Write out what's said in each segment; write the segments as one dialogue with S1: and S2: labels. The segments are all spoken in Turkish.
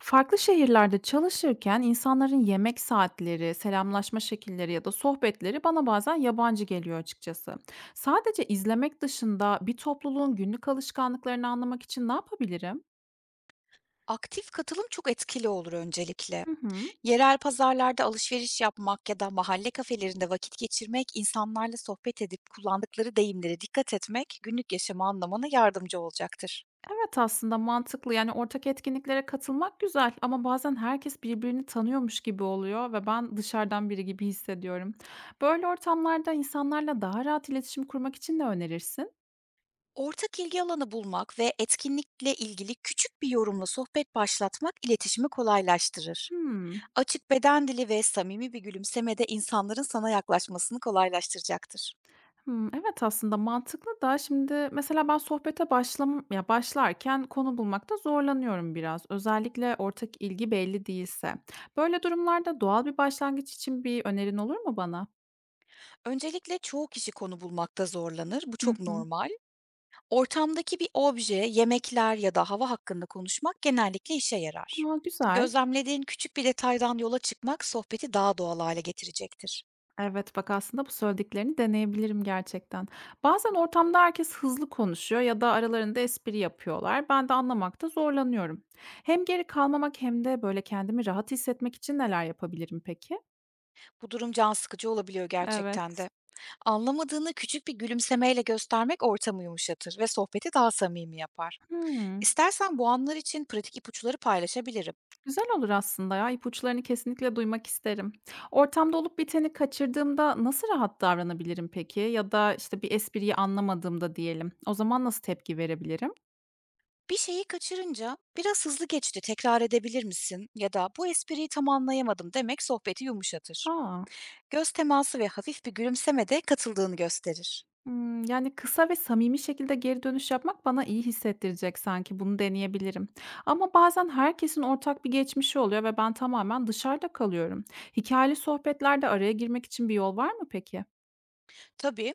S1: Farklı şehirlerde çalışırken insanların yemek saatleri, selamlaşma şekilleri ya da sohbetleri bana bazen yabancı geliyor açıkçası. Sadece izlemek dışında bir topluluğun günlük alışkanlıklarını anlamak için ne yapabilirim?
S2: Aktif katılım çok etkili olur öncelikle.
S1: Hı hı.
S2: Yerel pazarlarda alışveriş yapmak ya da mahalle kafelerinde vakit geçirmek, insanlarla sohbet edip kullandıkları deyimlere dikkat etmek günlük yaşamı anlamana yardımcı olacaktır.
S1: Evet, aslında mantıklı, yani ortak etkinliklere katılmak güzel ama bazen herkes birbirini tanıyormuş gibi oluyor ve ben dışarıdan biri gibi hissediyorum. Böyle ortamlarda insanlarla daha rahat iletişim kurmak için ne önerirsin?
S2: Ortak ilgi alanı bulmak ve etkinlikle ilgili küçük bir yorumla sohbet başlatmak iletişimi kolaylaştırır.
S1: Hmm.
S2: Açık beden dili ve samimi bir gülümseme de insanların sana yaklaşmasını kolaylaştıracaktır.
S1: Hımm, evet, aslında mantıklı da şimdi mesela ben sohbete başlam ya, başlarken konu bulmakta zorlanıyorum biraz. Özellikle ortak ilgi belli değilse. Böyle durumlarda doğal bir başlangıç için bir önerin olur mu bana?
S2: Öncelikle çoğu kişi konu bulmakta zorlanır, bu
S1: Hı
S2: çok
S1: hı.
S2: normal. Ortamdaki bir obje, yemekler ya da hava hakkında konuşmak genellikle işe yarar.
S1: A, güzel.
S2: Gözlemlediğin küçük bir detaydan yola çıkmak sohbeti daha doğal hale getirecektir.
S1: Evet, bak, aslında bu söylediklerini deneyebilirim gerçekten. Bazen ortamda herkes hızlı konuşuyor ya da aralarında espri yapıyorlar. Ben de anlamakta zorlanıyorum. Hem geri kalmamak hem de böyle kendimi rahat hissetmek için neler yapabilirim peki?
S2: Bu durum can sıkıcı olabiliyor gerçekten
S1: Evet.
S2: de. Anlamadığını küçük bir gülümsemeyle göstermek ortamı yumuşatır ve sohbeti daha samimi yapar.
S1: Hımm.
S2: İstersen bu anlar için pratik ipuçları paylaşabilirim.
S1: Güzel olur aslında ya, ipuçlarını kesinlikle duymak isterim. Ortamda olup biteni kaçırdığımda nasıl rahat davranabilirim peki? Ya da işte bir espriyi anlamadığımda diyelim, o zaman nasıl tepki verebilirim?
S2: Bir şeyi kaçırınca "Biraz hızlı geçti, tekrar edebilir misin?" ya da "Bu espriyi tam anlayamadım." demek sohbeti yumuşatır.
S1: A!
S2: Göz teması ve hafif bir gülümseme de katıldığını gösterir.
S1: Hımm, yani kısa ve samimi şekilde geri dönüş yapmak bana iyi hissettirecek sanki, bunu deneyebilirim. Ama bazen herkesin ortak bir geçmişi oluyor ve ben tamamen dışarıda kalıyorum. Hikayeli sohbetlerde araya girmek için bir yol var mı peki?
S2: Tabii,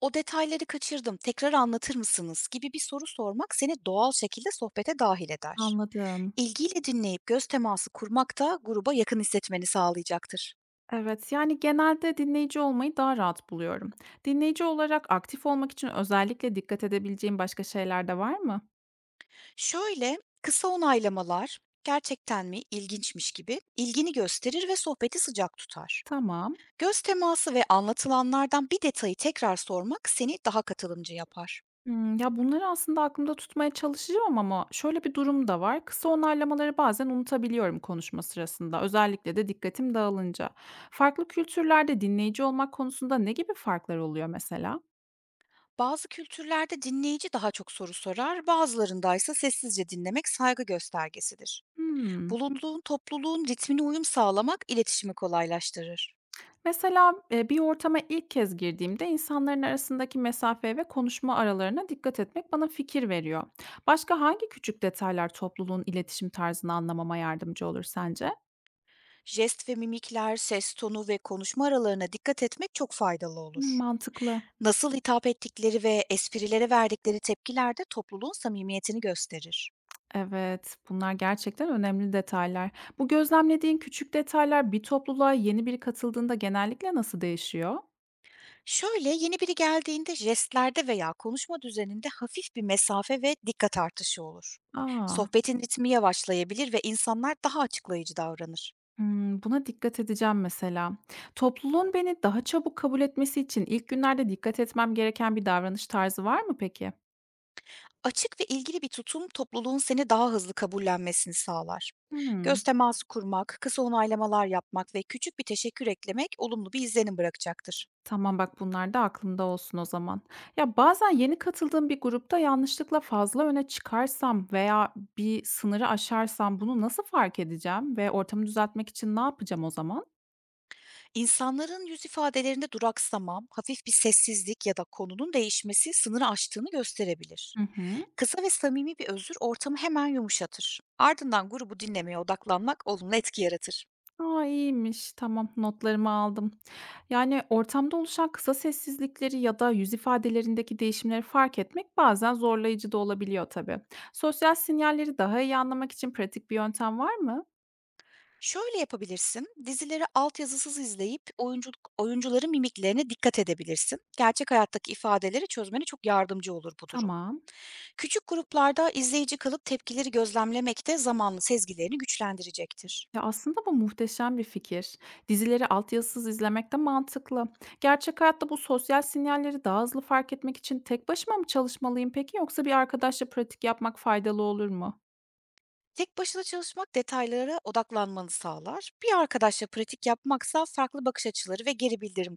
S2: "O detayları kaçırdım, tekrar anlatır mısınız?" gibi bir soru sormak seni doğal şekilde sohbete dahil eder.
S1: Anladım.
S2: İlgiyle dinleyip göz teması kurmak da gruba yakın hissetmeni sağlayacaktır.
S1: Evet, yani genelde dinleyici olmayı daha rahat buluyorum. Dinleyici olarak aktif olmak için özellikle dikkat edebileceğim başka şeyler de var mı?
S2: Şöyle kısa onaylamalar, "Gerçekten mi? İlginçmiş gibi ilgini gösterir ve sohbeti sıcak tutar.
S1: Tamam.
S2: Göz teması ve anlatılanlardan bir detayı tekrar sormak seni daha katılımcı yapar.
S1: Hmm, ya bunları aslında aklımda tutmaya çalışacağım ama şöyle bir durum da var. Kısa onaylamaları bazen unutabiliyorum konuşma sırasında. Özellikle de dikkatim dağılınca. Farklı kültürlerde dinleyici olmak konusunda ne gibi farklar oluyor mesela?
S2: Bazı kültürlerde dinleyici daha çok soru sorar, bazılarındaysa sessizce dinlemek saygı göstergesidir.
S1: Hmm.
S2: Bulunduğun topluluğun ritmine uyum sağlamak iletişimi kolaylaştırır.
S1: Mesela, bir ortama ilk kez girdiğimde insanların arasındaki mesafe ve konuşma aralarına dikkat etmek bana fikir veriyor. Başka hangi küçük detaylar topluluğun iletişim tarzını anlamama yardımcı olur sence?
S2: Jest ve mimikler, ses tonu ve konuşma aralarına dikkat etmek çok faydalı
S1: Hmm,
S2: olur.
S1: mantıklı.
S2: Nasıl hitap ettikleri ve esprilere verdikleri tepkiler de topluluğun samimiyetini gösterir.
S1: Evet, bunlar gerçekten önemli detaylar. Bu gözlemlediğin küçük detaylar bir topluluğa yeni biri katıldığında genellikle nasıl değişiyor?
S2: Şöyle, yeni biri geldiğinde jestlerde veya konuşma düzeninde hafif bir mesafe ve dikkat artışı olur.
S1: Aa,
S2: Sohbetin ritmi yavaşlayabilir ve insanlar daha açıklayıcı davranır.
S1: hımm, buna dikkat edeceğim mesela. Topluluğun beni daha çabuk kabul etmesi için ilk günlerde dikkat etmem gereken bir davranış tarzı var mı peki?
S2: Açık ve ilgili bir tutum topluluğun seni daha hızlı kabullenmesini sağlar.
S1: Hımm.
S2: Göz teması kurmak, kısa onaylamalar yapmak ve küçük bir teşekkür eklemek olumlu bir izlenim bırakacaktır.
S1: Tamam, bak, bunlar da aklımda olsun o zaman. Ya, bazen yeni katıldığım bir grupta yanlışlıkla fazla öne çıkarsam veya bir sınırı aşarsam bunu nasıl fark edeceğim ve ortamı düzeltmek için ne yapacağım o zaman?
S2: İnsanların yüz ifadelerinde duraksama, hafif bir sessizlik ya da konunun değişmesi sınırı aştığını gösterebilir.
S1: Hı hı.
S2: Kısa ve samimi bir özür ortamı hemen yumuşatır. Ardından grubu dinlemeye odaklanmak olumlu etki yaratır.
S1: A, iyiymiş. Tamam, notlarımı aldım. Yani, ortamda oluşan kısa sessizlikleri ya da yüz ifadelerindeki değişimleri fark etmek bazen zorlayıcı da olabiliyor tabii. Sosyal sinyalleri daha iyi anlamak için pratik bir yöntem var mı?
S2: Şöyle yapabilirsin. Dizileri altyazısız izleyip oyunculuk, oyuncuların mimiklerine dikkat edebilirsin. Gerçek hayattaki ifadeleri çözmene çok yardımcı olur bu durum.
S1: Tamam.
S2: Küçük gruplarda izleyici kalıp tepkileri gözlemlemek de zamanlı sezgilerini güçlendirecektir.
S1: Ya, aslında bu muhteşem bir fikir. Dizileri altyazısız izlemek de mantıklı. Gerçek hayatta bu sosyal sinyalleri daha hızlı fark etmek için tek başıma mı çalışmalıyım peki yoksa bir arkadaşla pratik yapmak faydalı olur mu?
S2: Tek başına çalışmak detaylara odaklanmanı sağlar. Bir arkadaşla pratik yapmaksa farklı bakış açıları ve geri bildirim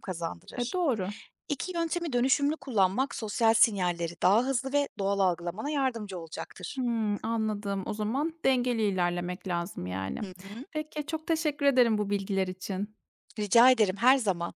S1: E,
S2: kazandırır.
S1: doğru.
S2: İki yöntemi dönüşümlü kullanmak sosyal sinyalleri daha hızlı ve doğal algılamana yardımcı olacaktır.
S1: Hımm, anladım. O zaman dengeli ilerlemek lazım yani.
S2: Hı hı.
S1: Peki, çok teşekkür ederim bu bilgiler için.
S2: Rica ederim, her zaman.